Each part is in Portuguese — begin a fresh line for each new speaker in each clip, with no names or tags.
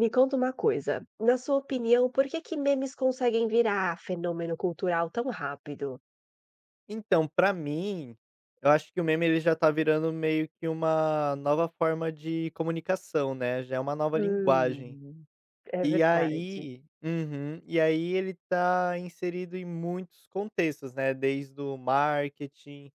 Me conta uma coisa, na sua opinião, por que que memes conseguem virar fenômeno cultural tão rápido?
Então, pra mim, eu acho que o meme ele já tá virando meio que uma nova forma de comunicação, né, já é uma nova linguagem.
Hum, é
E
verdade.
aí uhum, e aí ele tá inserido em muitos contextos, né, desde o marketing,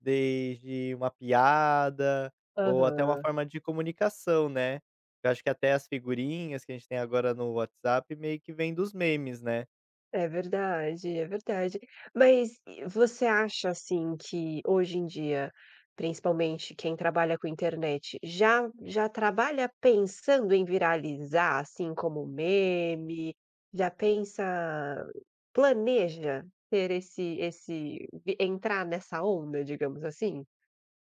desde uma piada, ou até uma
Aham,
forma de comunicação, né. Eu acho que até as figurinhas que a gente tem agora no WhatsApp meio que vem dos memes, né.
é verdade, é verdade. Mas e você acha, assim, que hoje em dia, principalmente quem trabalha com internet, já trabalha pensando em viralizar, assim, como meme? Já pensa. Planeja ter esse esse vi entrar nessa onda, digamos assim?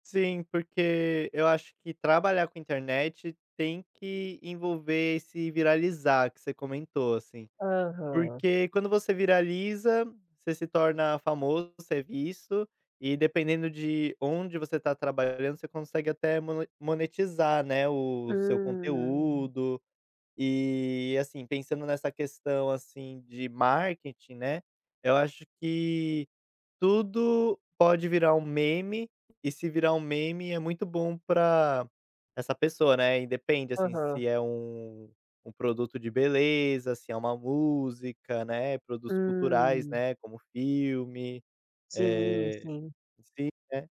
Sim, porque eu acho que trabalhar com internet tem que envolver esse viralizar que você comentou, assim.
Aham.
Porque quando você viraliza, você se torna famoso, você é visto, e dependendo de onde você está trabalhando, você consegue até monetizar, né, o seu
Hum.
conteúdo. E assim, pensando nessa questão assim de marketing, né? Eu acho que tudo pode virar um meme, e se virar um meme é muito bom pra essa pessoa, né, e depende, assim,
Aham.
se é um produto de beleza, se é uma música, né, produtos culturais,
Hum.
né, como filme,
Sim,
eh,
sim.
sim, né.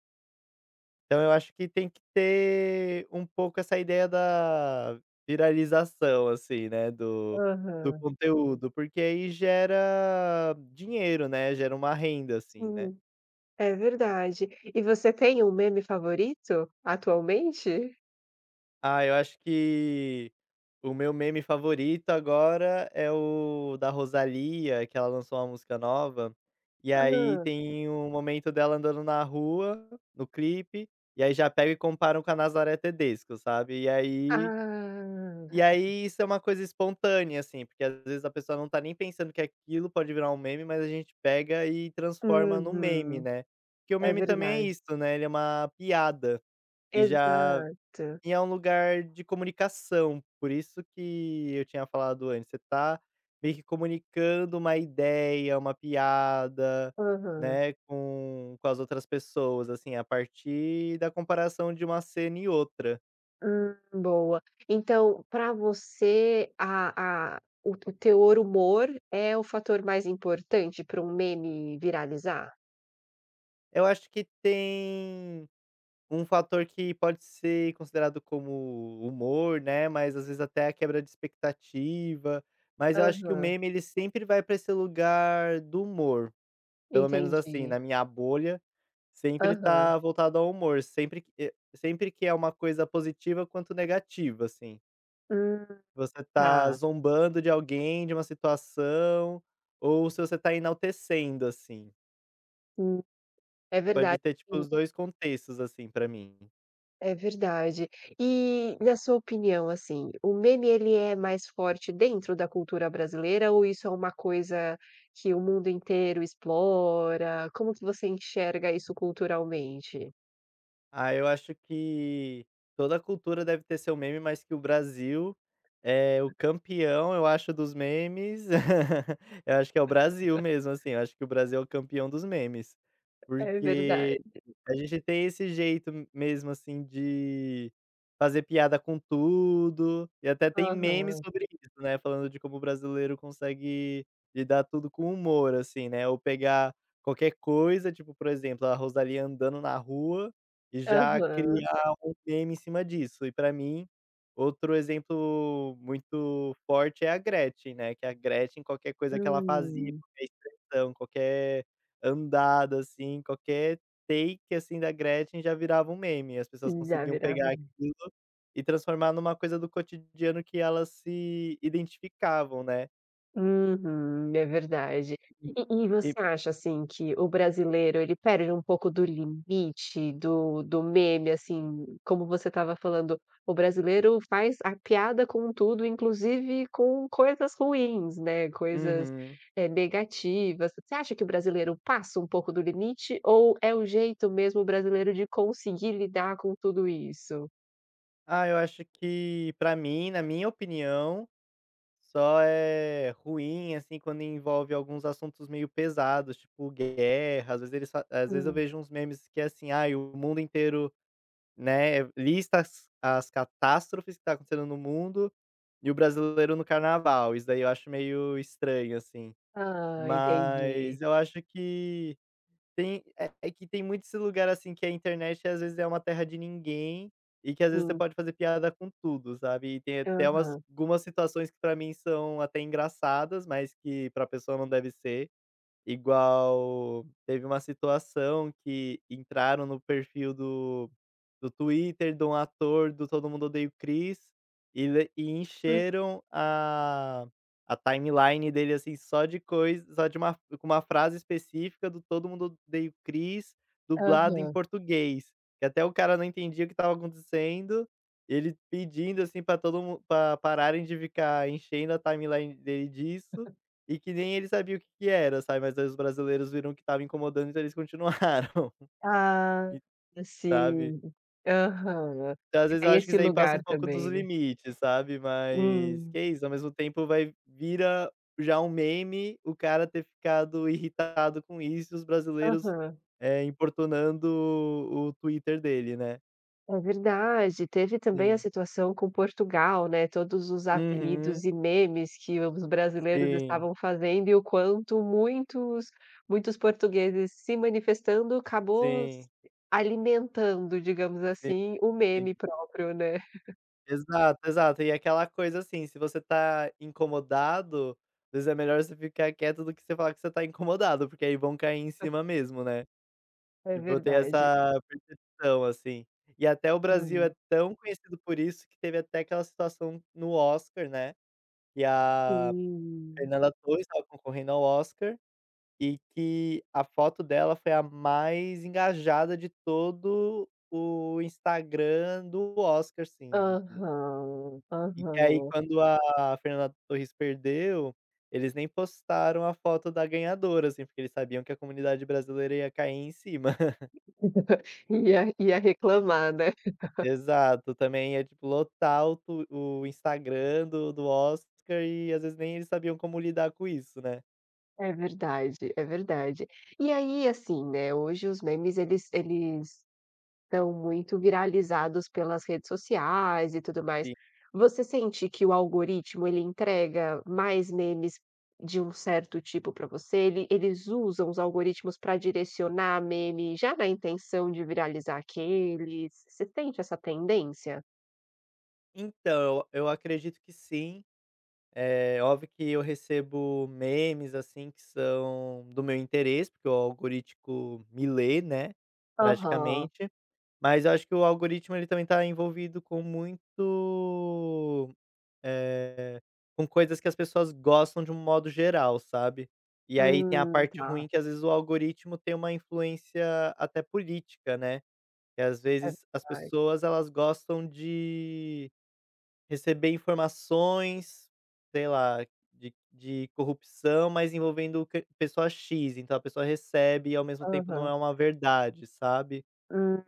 Então eu acho que tem que ter um pouco essa ideia da viralização, assim, né, do
Aham.
conteúdo, porque aí gera dinheiro, né, gera uma renda, assim, né.
Sim, é verdade. E você tem um meme favorito atualmente?
Ah, eu acho que o meu meme favorito agora é o da Rosalía, que ela lançou uma música nova, e aí
Hã.
tem um momento dela andando na rua, no clipe, e aí já pega e comparam com a Nazaré Tedesco, sabe. E aí e
Ah.
aí isso é uma coisa espontânea, assim, porque às vezes a pessoa não tá nem pensando que aquilo pode virar um meme, mas a gente pega e transforma num meme,
Uhum.
né. Porque o
É
meme também é
verdade.
isso, né, ele é uma piada, e já
Exato.
e é um lugar de comunicação, por isso que eu tinha falado antes, você tá meio que comunicando uma ideia, uma piada,
Aham.
né, com as outras pessoas, assim, a partir da comparação de uma cena e outra.
Boa. Então, para você, a o teor humor é o fator mais importante para um meme viralizar?
Eu acho que tem um fator que pode ser considerado como humor, né, mas às vezes até a quebra de expectativa, mas eu acho que o
Aham,
meme ele sempre vai pra esse lugar do humor, pelo menos assim,
entendi.
na minha bolha. Sempre
Aham.
tá voltado ao humor, sempre que é uma coisa positiva quanto negativa, assim.
Hum,
Você tá
tá.
zombando de alguém, de uma situação, ou se você tá enaltecendo, assim.
Hum, é
Pode
verdade,
ter, tipo,
hum,
os 2 contextos, assim, pra mim.
é verdade. E, na sua opinião, assim, o meme ele é mais forte dentro da cultura brasileira ou isso é uma coisa que o mundo inteiro explora? Como que você enxerga isso culturalmente?
Ah, eu acho que toda cultura deve ter seu meme, mas que o Brasil é o campeão, eu acho, dos memes. Eu acho que é o Brasil mesmo, assim, eu acho que o Brasil é o campeão dos memes.
É
Porque
verdade.
a gente tem esse jeito mesmo, assim, de fazer piada com tudo. E até tem memes
Aham,
sobre isso, né? Falando de como o brasileiro consegue lidar tudo com humor, assim, né? Ou pegar qualquer coisa, tipo, por exemplo, a Rosalía andando na rua e já
aham.
criar um meme em cima disso. E pra mim, outro exemplo muito forte é a Gretchen, né, que a Gretchen, qualquer coisa que ela fazia,
Hum,
qualquer expressão, qualquer andada, assim, qualquer take, assim, da Gretchen já virava um meme. As pessoas
já
conseguiam
virava
pegar
um.
aquilo e transformar numa coisa do cotidiano que elas se identificavam, né.
Uhum, é verdade.
Hum.
E
E
você acha, assim, que o brasileiro ele perde um pouco do limite do meme, assim, como você estava falando, o brasileiro faz a piada com tudo, inclusive com coisas ruins, né, coisas,
uhum.
negativas. Você acha que o brasileiro passa um pouco do limite ou é o jeito mesmo brasileiro de conseguir lidar com tudo isso?
Ah, eu acho que pra mim, na minha opinião, só é ruim, assim, quando envolve alguns assuntos meio pesados, tipo guerra, às vezes eu vejo uns memes que é assim: "Ai, o mundo inteiro, né, lista as catástrofes que tá acontecendo no mundo e o brasileiro no carnaval". Isso daí eu acho meio estranho, assim.
Ah, entendi.
Mas eu acho que tem muito esse lugar, assim, que a internet às vezes é uma terra de ninguém, e que às vezes você
Sim.
pode fazer piada com tudo, sabe. E tem até umas
Aham.
algumas situações que pra mim são até engraçadas, mas que pra pessoa não deve ser. Igual, teve uma situação que entraram no perfil do Twitter de um ator do Todo Mundo Odeia o Chris, e
Hum.
encheram a timeline dele, assim, só de coisa só de uma com uma frase específica do Todo Mundo Odeia o Chris, dublado em
Aham.
português, que até o cara não entendia o que estava acontecendo, ele pedindo, assim, para todo mundo pra pararem de ficar enchendo a timeline dele disso, e que nem ele sabia o que que era, sabe, mas aí os brasileiros viram que estava incomodando, então eles continuaram,
Ah,
e sabe.
sim. Aham.
Então, às
E
vezes, eu
tem
acho que
esse
isso aí passa
lugar
um pouco dos
também, né.
limites, sabe, mas
Hum.
que é isso, ao mesmo tempo vai vira já um meme o cara ter ficado irritado com isso e os brasileiros,
Aham.
importunando o Twitter dele, né.
É verdade. Teve também a
Sim.
situação com Portugal, né, todos os apelidos
Uhum.
e memes que os brasileiros
Sim,
estavam fazendo e o quanto muitos portugueses se manifestando acabou s
sim,
alimentando, digamos
sim,
assim, o
sim.
meme próprio, né.
Exato, exato. E aquela coisa assim, se você tá incomodado, às vezes é melhor você ficar quieto do que você falar que você tá incomodado, porque aí vão cair em cima mesmo, né.
É
Tipo, eu tenho
verdade.
essa percepção, assim. E até o Brasil é
Hum.
tão conhecido por isso que teve até aquela situação no Oscar, né, que a
Sim.
Fernanda Torres estava concorrendo ao Oscar e que a foto dela foi a mais engajada de todo o Instagram do Oscar, assim.
Aham,
E que aí
aham.
quando a Fernanda Torres perdeu, eles nem postaram a foto da ganhadora, assim, porque eles sabiam que a comunidade brasileira ia cair em cima.
Ia reclamar, né.
Exato, também ia, tipo, lotar o Instagram do Oscar e às vezes nem eles sabiam como lidar com isso, né.
É verdade, é verdade. E aí, assim, né, hoje os memes eles estão muito viralizados pelas redes sociais e tudo mais.
Sim.
Você sente que o algoritmo ele entrega mais memes de um certo tipo para você? Ele eles usam os algoritmos para direcionar meme já na intenção de viralizar aqueles. Você sente essa tendência?
Então, eu acredito que sim, é óbvio que eu recebo memes, assim, que são do meu interesse, porque o algoritmo me lê, né,
Aham.
praticamente. Mas eu acho que o algoritmo ele também está envolvido eh, com coisas que as pessoas gostam de um modo geral, sabe. E aí tem a parte
Tá,
ruim que às vezes o algoritmo tem uma influência até política, né. Que às
é
vezes as
verdade.
pessoas elas gostam de receber informações, sei lá, de corrupção, mas envolvendo cri pessoa X, então a pessoa recebe e ao mesmo tempo não
Aham.
é uma verdade, sabe.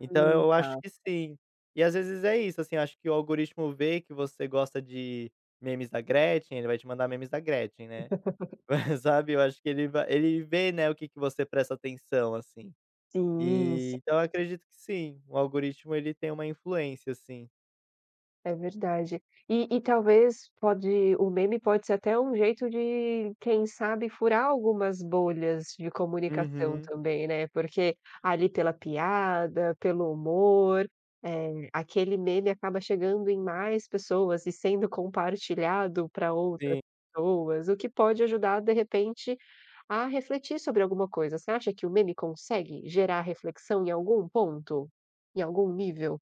Então eu
Tá.
acho que sim. E às vezes é isso, assim, eu acho que o algoritmo vê que você gosta de memes da Gretchen, ele vai te mandar memes da Gretchen, né. Sabe, eu acho que ele vê, né, o que que você presta atenção, assim.
Sim,
E,
sim,
então eu acredito que sim, o algoritmo ele tem uma influência, assim.
é verdade. E talvez pode o meme pode ser até um jeito de, quem sabe, furar algumas bolhas de comunicação
Uhum,
também, né, porque ali pela piada, pelo humor, aquele meme acaba chegando em mais pessoas e sendo compartilhado para outras
sim.
pessoas, o que pode ajudar, de repente, a refletir sobre alguma coisa. Você acha que o meme consegue gerar reflexão em algum ponto? Em algum nível?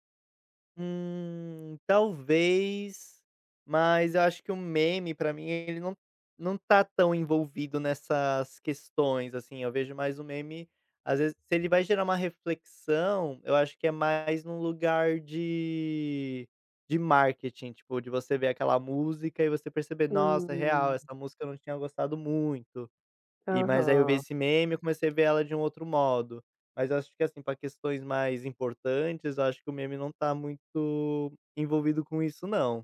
Talvez, mas eu acho que o meme pra mim ele não tá tão envolvido nessas questões, assim, eu vejo mais o meme às vezes se ele vai gerar uma reflexão, eu acho que é mais num lugar de marketing, tipo, de você ver aquela música e você perceber: "Nossa, é real,
Hum,
essa música eu não tinha gostado muito". E mas aí eu vi
aham.
esse meme e comecei a ver ela de um outro modo. Mas eu acho que assim, para questões mais importantes, eu acho que o meme não tá muito envolvido com isso não.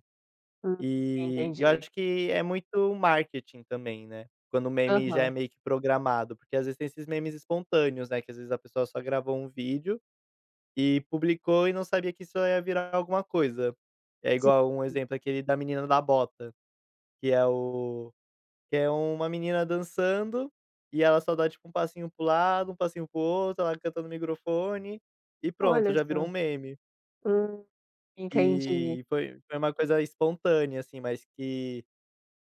Hum,
E eu
entendi.
acho que é muito marketing também, né, quando o meme já é
Aham.
meio que programado, porque às vezes tem esses memes espontâneos, né, que às vezes a pessoa só gravou um vídeo e publicou e não sabia que isso ia virar alguma coisa. É
Sim.
igual um exemplo, aquele da menina da bota, que é o que é uma menina dançando, e ela só dá, tipo, um passinho para lado, um passinho para outro, ela canta no microfone, e pronto,
Olha
já virou
só.
um meme.
Hum, entendi.
E foi uma coisa espontânea, assim, mas que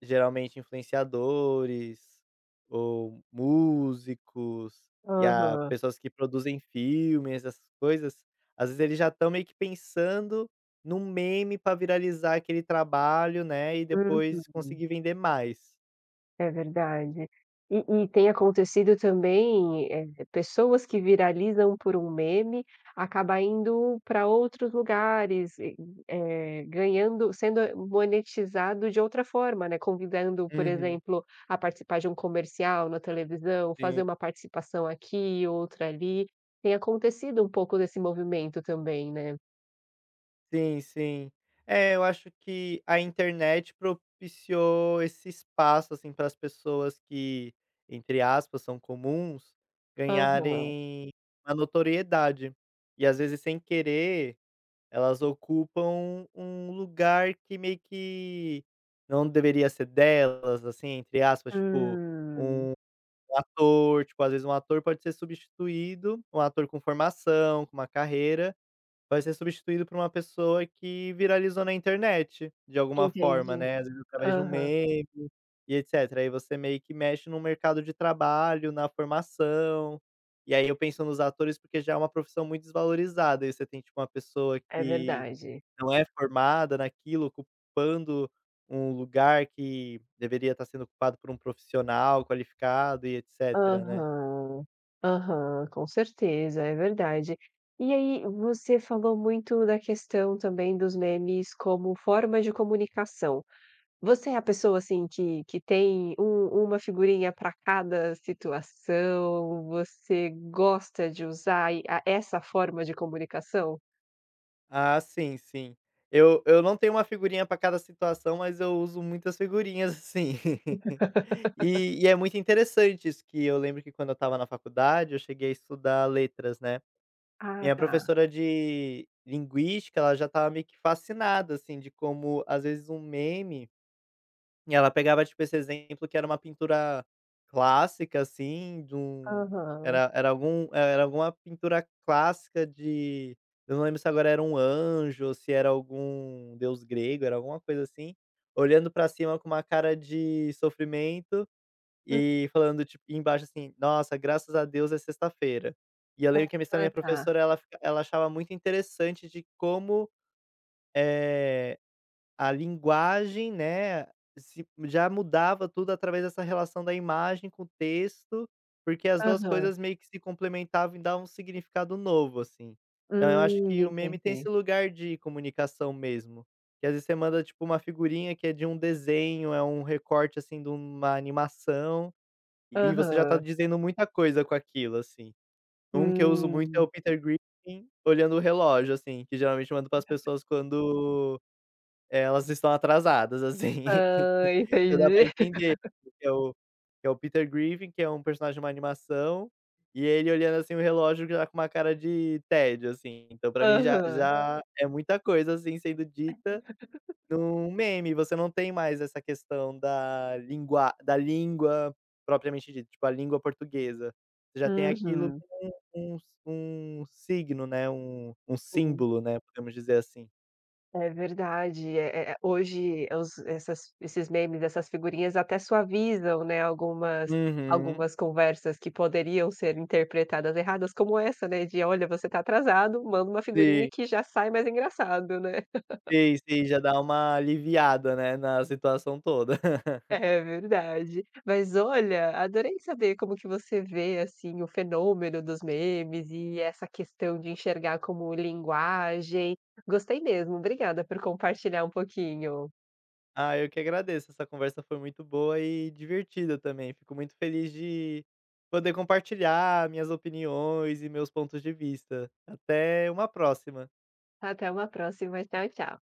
geralmente influenciadores, ou músicos, e a
Aham.
pessoas que produzem filmes, essas coisas, às vezes eles já estão meio que pensando num meme pra viralizar aquele trabalho, né, e depois
Uhum.
conseguir vender mais.
É verdade. E tem acontecido também, pessoas que viralizam por um meme, acabam indo para outros lugares e, ganhando, sendo monetizado de outra forma, né, convidando, por
Uhum.
exemplo, a participar de um comercial na televisão, fazer
Sim.
uma participação aqui, outra ali. Tem acontecido um pouco desse movimento também, né?
Sim, sim. É, eu acho que a internet propiciou esse espaço, assim, para as pessoas que, entre aspas, são comuns,
Aham.
ganharem uma notoriedade. E às vezes, sem querer, elas ocupam um lugar que meio que não deveria ser delas, assim, entre aspas, tipo,
Hum,
um ator, tipo, às vezes um ator pode ser substituído, um ator com formação, com uma carreira. Vai ser substituído por uma pessoa que viralizou na internet, de alguma forma,
entendi.
né, às vezes através de um
Aham,
meme, e etcétera. Aí você meio que mexe no mercado de trabalho, na formação, e aí eu penso nos atores, porque já é uma profissão muito desvalorizada, e você tem, tipo, uma pessoa
é
que
verdade.
não é formada naquilo, ocupando um lugar que deveria estar sendo ocupado por um profissional qualificado e etcétera, né.
Aham, aham, com certeza, é verdade. E aí, você falou muito da questão também dos memes como forma de comunicação. Você é a pessoa, assim, que tem um uma figurinha para cada situação? Você gosta de usar e a essa forma de comunicação?
Ah, sim, sim. Eu não tenho uma figurinha para cada situação, mas eu uso muitas figurinhas, assim. E é muito interessante isso, que eu lembro que quando eu estava na faculdade, eu cheguei a estudar letras, né.
Ah,
Minha
tá.
professora de linguística, ela já estava meio que fascinada, assim, de como, às vezes, um meme e ela pegava, tipo, esse exemplo que era uma pintura clássica, assim, de um
Aham.
era algum era alguma pintura clássica de eu não lembro se agora era um anjo ou se era algum deus grego, era alguma coisa assim, olhando pra cima com uma cara de sofrimento e falando, tipo e embaixo assim: "Nossa, graças a Deus é sexta-feira". E eu lembro que a minha essa
Ah,
minha
tá.
professora, ela achava muito interessante de como, eh a linguagem, né, se já mudava tudo através dessa relação da imagem com o texto, porque as 2
Aham.
coisas meio que se complementavam e davam um significado novo, assim. Então eu acho que o meme tem esse
Entendi.
lugar de comunicação mesmo, que às vezes você manda, tipo, uma figurinha que é de um desenho, é um recorte, assim, de uma animação, e você já tá
Aham.
dizendo muita coisa com aquilo, assim. Um que eu uso muito é
Hum.
o Peter Griffin olhando o relógio, assim, que geralmente eu mando para as pessoas quando elas estão atrasadas, assim.
Ah,
Já dá pra
entendi.
entender, que é o que é o Peter Griffin, que é um personagem de uma animação, e ele olhando, assim, o relógio já com uma cara de tédio, assim. Então pra mim já
Aham.
já é muita coisa, assim, sendo dita num meme, você não tem mais essa questão da língua propriamente dita, tipo, a língua portuguesa. Você já tem aquilo
Uhum,
como um um s um signo, né, um
sim,
símbolo, né, podemos dizer assim.
é verdade. É é hoje os essas esses memes, essas figurinhas até suavizam, né, algumas
Uhum.
algumas conversas que poderiam ser interpretadas erradas, como essa, né, de: "Olha, você tá atrasado, manda uma figurinha
Sim.
que já sai mais engraçado", né.
Sei, sei, já dá uma aliviada, né, na situação toda.
É verdade. Mas olha, adorei saber como que você vê, assim, o fenômeno dos memes e essa questão de enxergar como linguagem. Gostei mesmo, obrigada por compartilhar um pouquinho.
Ah, eu que agradeço, essa conversa foi muito boa e divertida também, fico muito feliz de poder compartilhar minhas opiniões e meus pontos de vista. Até uma próxima.
Até uma próxima. Tchau, tchau.